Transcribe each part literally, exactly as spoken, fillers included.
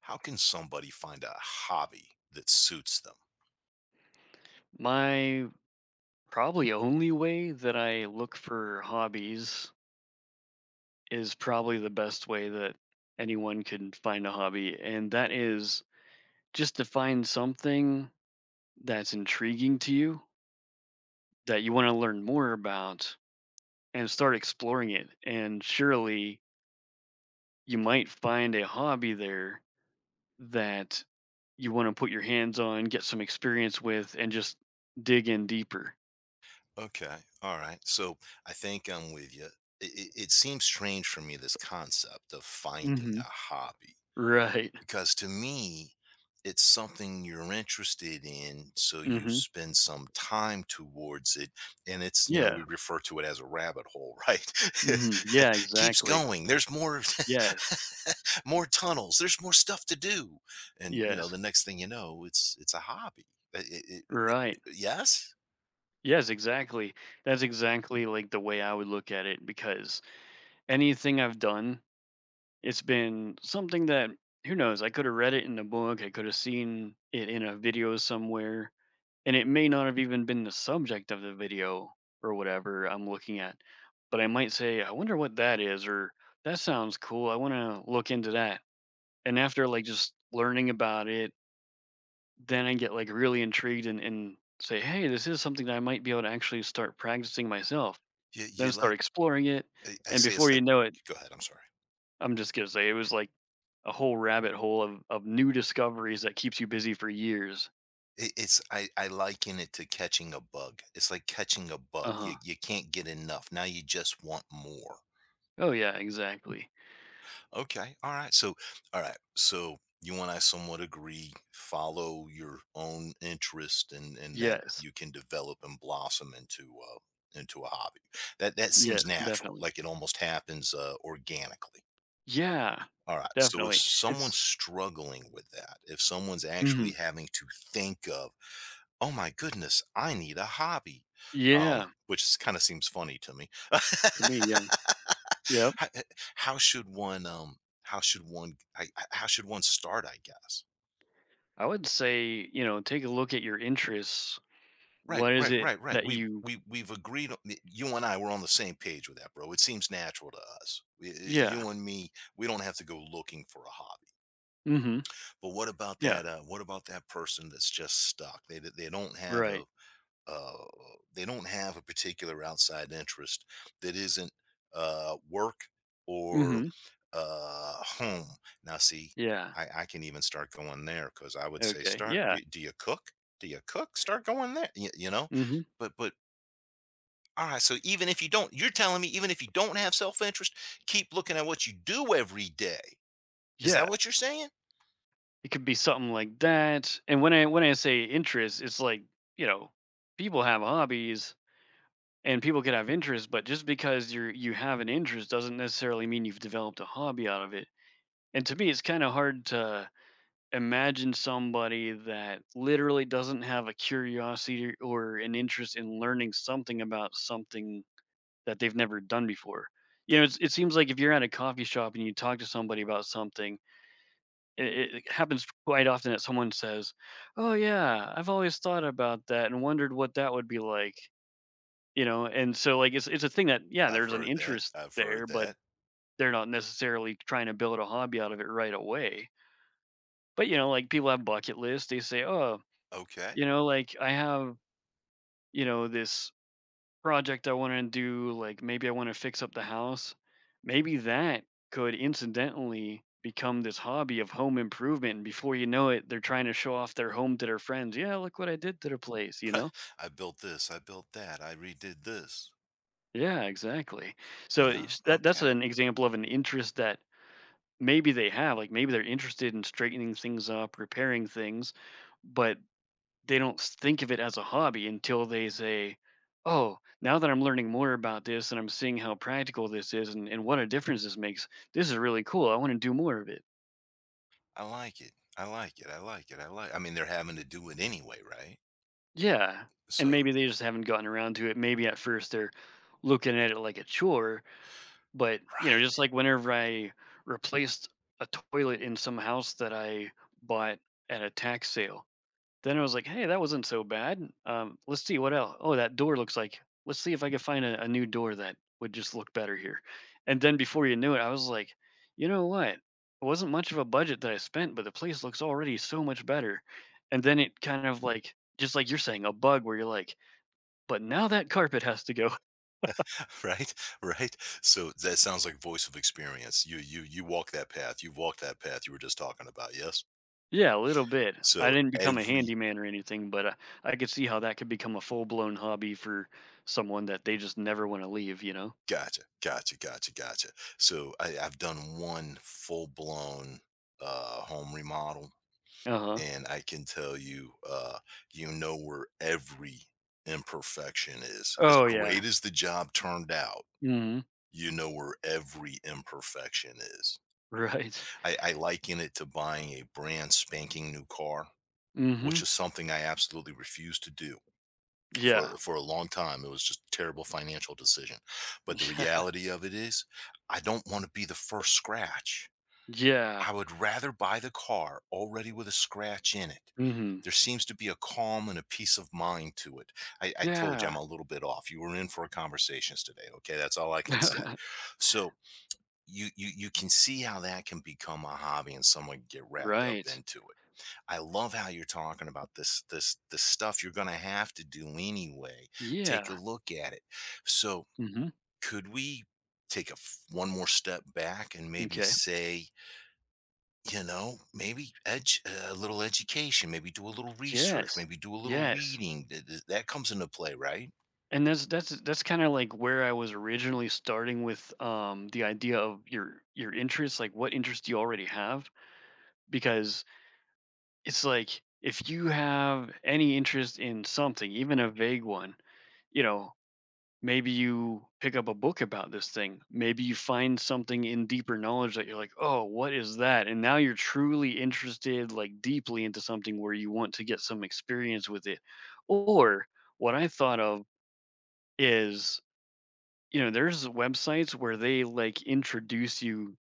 How can somebody find a hobby that suits them? My probably only way that I look for hobbies is probably the best way that anyone can find a hobby, and that is just to find something that's intriguing to you that you want to learn more about and start exploring it. And surely you might find a hobby there that you want to put your hands on, get some experience with, and just dig in deeper. Okay. All right. So I think I'm with you. It, it, it seems strange for me, this concept of finding hmm a hobby. Right. Because to me, it's something you're interested in, so you hmm spend some time towards it, and it's, you know, Yeah. we refer to it as a rabbit hole, right? Mhm. Yeah, Keeps exactly. going. There's more Yes. more tunnels. There's more stuff to do, and you know, Yes. the next thing you know, it's it's a hobby. Uh, it- it- Right. It- yes, Yes, exactly. That's exactly, like, the way I would look at it because anything I've done, it's been something that who knows, I coulda read it in a book, I coulda seen it in a video somewhere, and it may not have even been the subject of the video or whatever I'm looking at, but I might say, "I wonder what that is," or, "That sounds cool, I wanna look into that," and after, like, just learning about it then I get like really intrigued and, and say, hey, this is something that I might be able to actually start practicing myself. you Then you start like exploring it. I I And say before it's you like. know it, Go ahead. I'm sorry. I'm just going to say it was like a whole rabbit hole of, of new discoveries that keeps you busy for years. It it's I I liken it to catching a bug. It's like catching a Uh bug. You huh. you can't get enough. Now you just want more. Oh, yeah, exactly. Okay. All right. So all right. So you and I somewhat agree, follow your own interest and and that Yes. you can develop and blossom into uh into a hobby. That that seems Yes, natural, definitely. like it almost happens uh organically. Yeah, All right. So if definitely. someone's It's, struggling with that, if someone's actually hmm having to think of, oh my goodness, I need a hobby, um, Yeah, which kinda seems funny to me. for me, yeah. Yep. Ho eh how should one, um, how should one, I I how should one start, I guess? I would say, you know, take a look at your interests. Right, What is right, it right, right. that We you, we we've agreed on, y you and I, were on the same page with that, bro. It seems natural to us. Y y yeah. You and me, we don't have to go looking for a hobby. Mm hmm. But what about Yeah. that, uh, what about that person that's just stuck? They they don't have a, Right. uh, they don't have a particular outside interest that isn't, uh, work, or Mhm. uh, home. Now, see, Yeah. I, I can even start going there because I would say, Okay. start. Yeah. Do, do you cook? Do you cook? Start going there. You, you know, Mhm. but but all right. So even if you don't, you're telling me even if you don't have self interest, keep looking at what you do every day. Is that Yeah. what you're saying? It could be something like that. And when I when I say interest, it's like, you know, people have hobbies and people could have interests, but just because you're you have an interest doesn't necessarily mean you've developed a hobby out of it. And to me, it's kind of hard to imagine somebody that literally doesn't have a curiosity or an interest in learning something about something that they've never done before. You know, it's, it seems like if you're at a coffee shop and you talk to somebody about something, it, it happens quite often that someone says, "Oh yeah, I've always thought about that and wondered what that would be like." You know, and so like it's it's a thing that yeah, I've there's an heard that, interest I've heard there, but that. they're not necessarily trying to build a hobby out of it right away. But you know, like people have bucket lists. They say, "Oh, Okay. you know, like I have." You know, this project I want to do, like maybe I want to fix up the house, maybe that could incidentally become this hobby of home improvement. And before you know it, they're trying to show off their home to their friends. Yeah, look what I did to their place, you know? I built this, I built that, I redid this, Yeah, exactly. you So know? it's- that that's Okay. an example of an interest that maybe they have. Like maybe they're interested in straightening things up, repairing things, but they don't s- think of it as a hobby until they say, "Oh, now that I'm learning more about this and I'm seeing how practical this is and, and what a difference this makes, this is really cool. I want to do more of it." I like it. I like it. I like it. I like I mean, they're having to do it anyway, right? Yeah, and So maybe they just haven't gotten around to it. Maybe at first they're looking at it like a chore, but you know, just right. like whenever I replaced a toilet in some house that I bought at a tax sale. Then I was like, "Hey, that wasn't so bad. Um, let's see what else. Oh, that door looks like. Let's see if I can find a, a new door that would just look better here." And then before you knew it, I was like, "You know what? It wasn't much of a budget that I spent, but the place looks already so much better." And then it kind of like just like you're saying, a bug where you're like, "But now that carpet has to go." Right, right. So that sounds like voice of experience. You you you walk that path, you've walked that path you were just talking about, yes. Yeah, a little bit. I So didn't become a every handyman or anything, but uh, I could see how that could become a full blown hobby for someone that they just never want to leave. You know? gotcha, gotcha, gotcha, gotcha. So I, I've done one full-blown uh home remodel, Uh huh. and I can tell you, uh you know where every imperfection is. As Oh yeah. great as the job turned out, Mhm. you know where every imperfection is. Right. i, I liken it to buying a brand spanking new car, which Mhm. is something I absolutely refused to do for Yeah. for a long time. It was just a terrible financial decision, but the reality of it is, I don't wanna be the first scratch. Yeah. Yeah. I would rather buy the car already with a scratch in it. Mhm. There seems to be a calm and a peace of mind to it. I I told you I'm Yeah. a little bit off. You were in for a conversations today, okay? That's all I can say. So you you you can see how that can become a hobby and someone can get wrapped up Right. into it. I love how you're talking about this this this stuff you're going to have to do anyway. Take a Yeah. look at it. So, Mhm. could we take a f- one more step back and maybe Okay. say, you know, maybe edge, uh, a little education, maybe do a little research, Yes. maybe do a little Yes. reading. Th- th- That comes into play, right? And that's that's that's kinda like where I was originally starting with, um, the idea of your your interests, like, what interests you already have? Because it's like, if you have any interest in something, even a vague one, you know, maybe you pick up a book about this thing maybe you find something in deeper knowledge that you're like oh what is that and now you're truly interested like deeply into something where you want to get some experience with it or what I thought of is you know there's websites where they like introduce you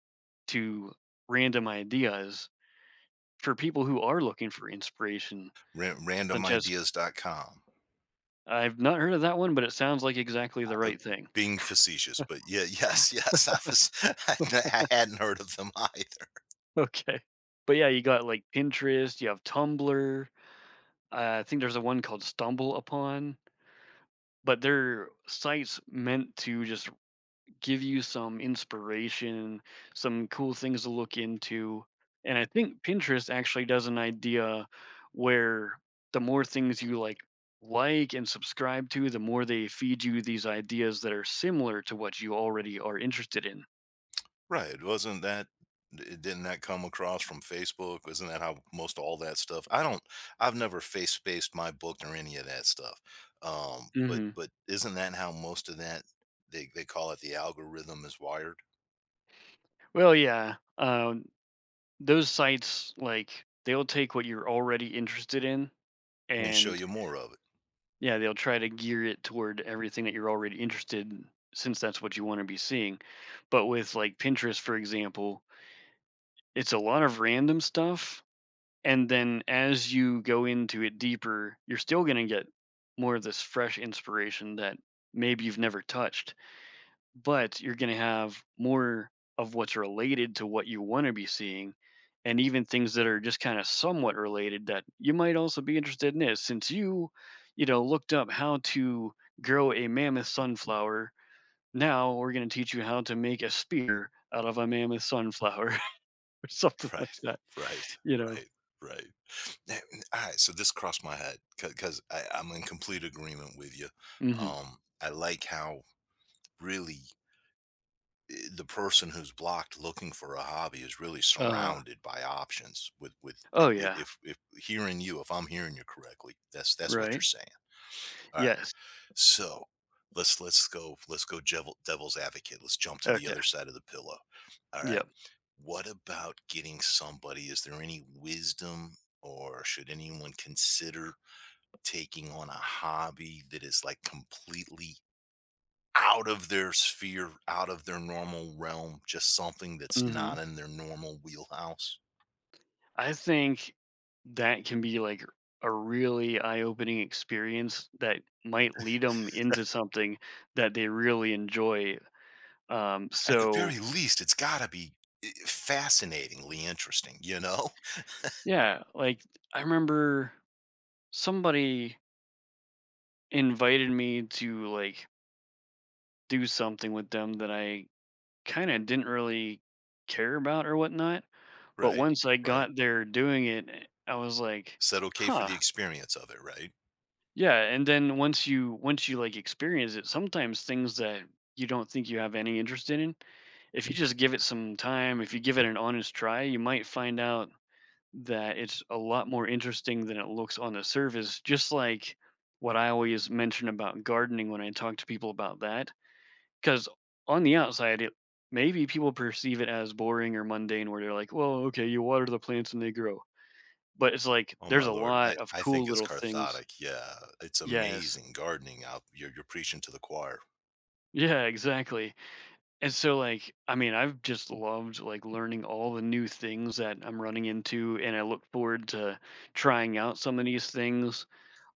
to random ideas for people who are looking for inspiration Ra- such as random ideas dot com. I've not heard of that one but it sounds like exactly the Uh, right thing. Being facetious, but yeah, yes, yes, I was, I hadn't heard of them, either. Okay. But yeah, you got like Pinterest, you have Tumblr. Uh, I think there's a one called Stumble Upon, but they're sites meant to just give you some inspiration, some cool things to look into. And I think Pinterest actually does an idea where the more things you like like and subscribe to, the more they feed you these ideas that are similar to what you already are interested in. Right, wasn't that, d didn't that come across from Facebook? Isn't that how most all that stuff? I don't, I've never face spaced my book or any of that stuff, um, but hmm but isn't that how most of that, they they call it, the algorithm is wired? Well, yeah. Um, Those sites, like, they'll take what you're already interested in, And show and you more of it. yeah, they'll try to gear it toward everything that you're already interested in, since that's what you wanna be seeing. But with, like, Pinterest, for example, it's a lot of random stuff, and then as you go into it deeper, you're still gonna get more of this fresh inspiration that maybe you've never touched, but you're going to have more of what's related to what you want to be seeing and even things that are just kind of somewhat related that you might also be interested in this since you you know looked up how to grow a mammoth sunflower, now we're going to teach you how to make a spear out of a mammoth sunflower. Or something like Right, that, right, you know? right, right. Now, alright, so this crossed my head because I'm in complete agreement with you. hmm Um, I like how, really, eh, the person who's blocked looking for a hobby is really uh-huh. surrounded by options with with I Oh I yeah. if if hearing you, if I'm hearing you correctly, that's that's what you're Right. saying. Alright. Yes. So let's let's go, let's go devil, devil's advocate. Let's jump to the Okay. other side of the pillow. All right. Yep. What about getting somebody? Is there any wisdom or should anyone consider taking on a hobby that is like completely out of their sphere, out of their normal realm, just something that's not hmm in their normal wheelhouse? I think that can be like a really eye-opening experience that might lead them into something that they really enjoy. Um, At the so very least, it's got to be, eh, fascinatingly interesting, you know? yeah, like I remember somebody invited me to like do something with them that I kind of didn't really care about or whatnot. But Right? once I Right. got there doing it, I was like, Said okay for huh. the experience of it, right? Yeah, and then once you once you like experience it, sometimes things that you don't think you have any interest in, if you just give it some time, if you give it an honest try, you might find out that it's a lot more interesting than it looks on the surface, just like what I always mention about gardening when I talk to people about that. Because on the outside, it maybe people perceive it as boring or mundane, where they're like, well, okay, you water the plants and they grow. But it's like Oh my there's a lord, I lot of I cool think it's little things. cathartic, yeah, it's Yes. amazing gardening out. You're you're preaching to the choir. Yeah, exactly. And so, like, I mean, I've just loved like learning all the new things that I'm running into, and I look forward to trying out some of these things,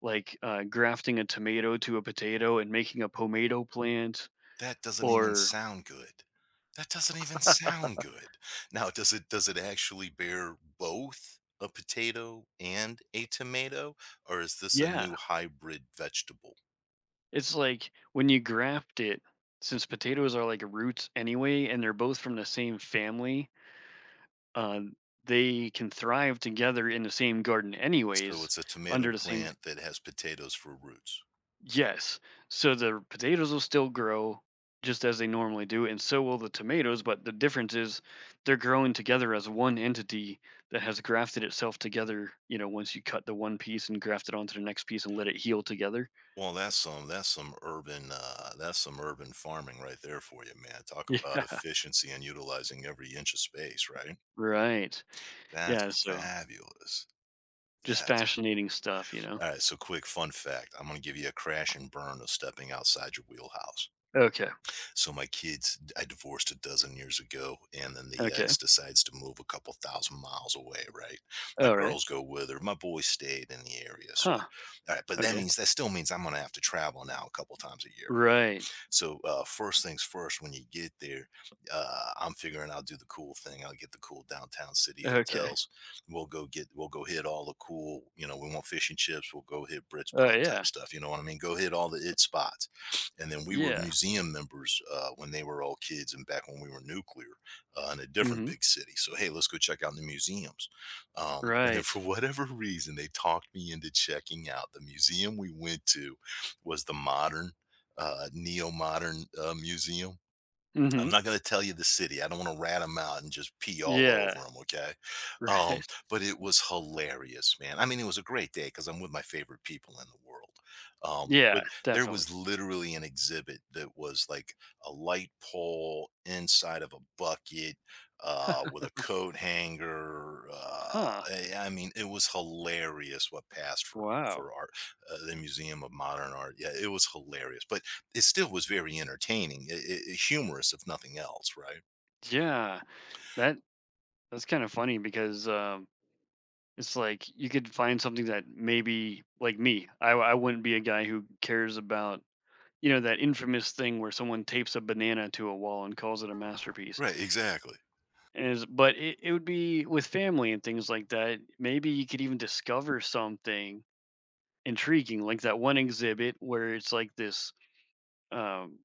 like uh, grafting a tomato to a potato and making a pomado plant. That doesn't even Or, sound good. That doesn't even sound good. Now does it, does it actually bear both a potato and a tomato, or is this a yeah, new hybrid vegetable? it's like when you graft it, since potatoes are like roots anyway, and they're both from the same family, uh, they can thrive together in the same garden, So anyways, it's a tomato under the same. plant that has potatoes for roots. Yes. So the potatoes will still grow just as they normally do, and so will the tomatoes. But the difference is they're growing together as one entity that has grafted itself together. You know, once you cut the one piece and graft it onto the next piece and let it heal together. Well, that's some, that's some urban, uh, that's some urban farming right there for you, man. Talk about Yeah. efficiency and utilizing every inch of space, right? Right. That's Yeah. So fabulous. just That's fascinating stuff, you know? all right. So, quick fun fact: I'm going to give you a crash and burn of stepping outside your wheelhouse. Okay. So, my kids, I divorced a dozen years ago, and then the Okay. ex decides to move a couple thousand miles away. Right? My All right. girls go with her. My boys stayed in the area. So, Huh. all right, but that Okay. means that, still means I'm going to have to travel now a couple times a year. Right. So uh, first things first, when you get there, uh, I'm figuring I'll do the cool thing. I'll get the cool downtown city Okay. hotels. We'll go get, we'll go hit all the cool. You know, we want fish and chips. We'll go hit Brits Oh, Pub type yeah. stuff. You know what I mean? Go hit all the it spots. And then we were Yeah. museum members uh, when they were all kids and back when we were nuclear, uh, in a different hmm big city. So hey, let's go check out the museums. Um, and then for Right. whatever reason, they talked me into checking out the museum. We went to was the modern, uh, neo modern, uh, museum. I'm hmm not going to tell you the city. I don't want to rat them out and just pee all Yeah. over them. Okay. Um, Right. but it was hilarious, man. I mean, it was a great day because I'm with my favorite people in the world. Um, Yeah. But there was Definitely. literally an exhibit that was like a light pole inside of a bucket, uh, with a coat hanger. Uh, Huh. I I mean, it was hilarious what passed for Wow. for art, uh, the Museum of Modern Art. Yeah, it was hilarious. But it still was very entertaining, I I humorous if nothing else, right? Yeah. That that's kind of funny because um it's like you could find something that maybe like me, I I wouldn't be a guy who cares about you know that infamous thing where someone tapes a banana to a wall and calls it a masterpiece. Right, exactly. And is but it, it would be with family and things like that. Maybe you could even discover something intriguing, like that one exhibit where it's like this. Um,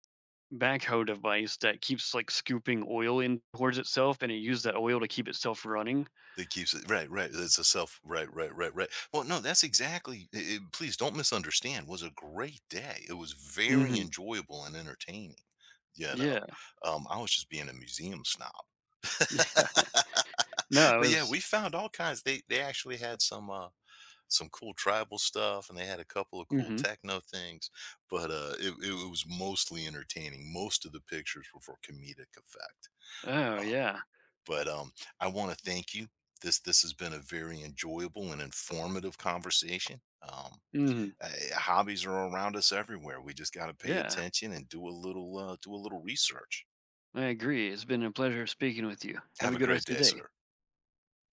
Backhoe device that keeps like scooping oil in towards itself and it used that oil to keep itself running. That keeps it right, right. It's a self right, right, right, right. Well, no, that's exactly. I I Please don't misunderstand. Was a great day. It was very Mhm. enjoyable and entertaining. You know, Yeah. um, I was just being a museum snob. No, But it yeah, was. we found all kinds. They they actually had some. Uh, some cool tribal stuff, and they had a couple of cool Mhm. techno things, but uh it, it was mostly entertaining. Most of the pictures were for comedic effect, Oh, um yeah. but um I want to thank you. This this has been a very enjoyable and informative conversation, um Mhm. uh, hobbies are around us everywhere. We just got to pay Yeah. attention and do a little, uh, do a little research. I agree. It's been a pleasure speaking with you. Have Have a a good great rest of day, your day. sir.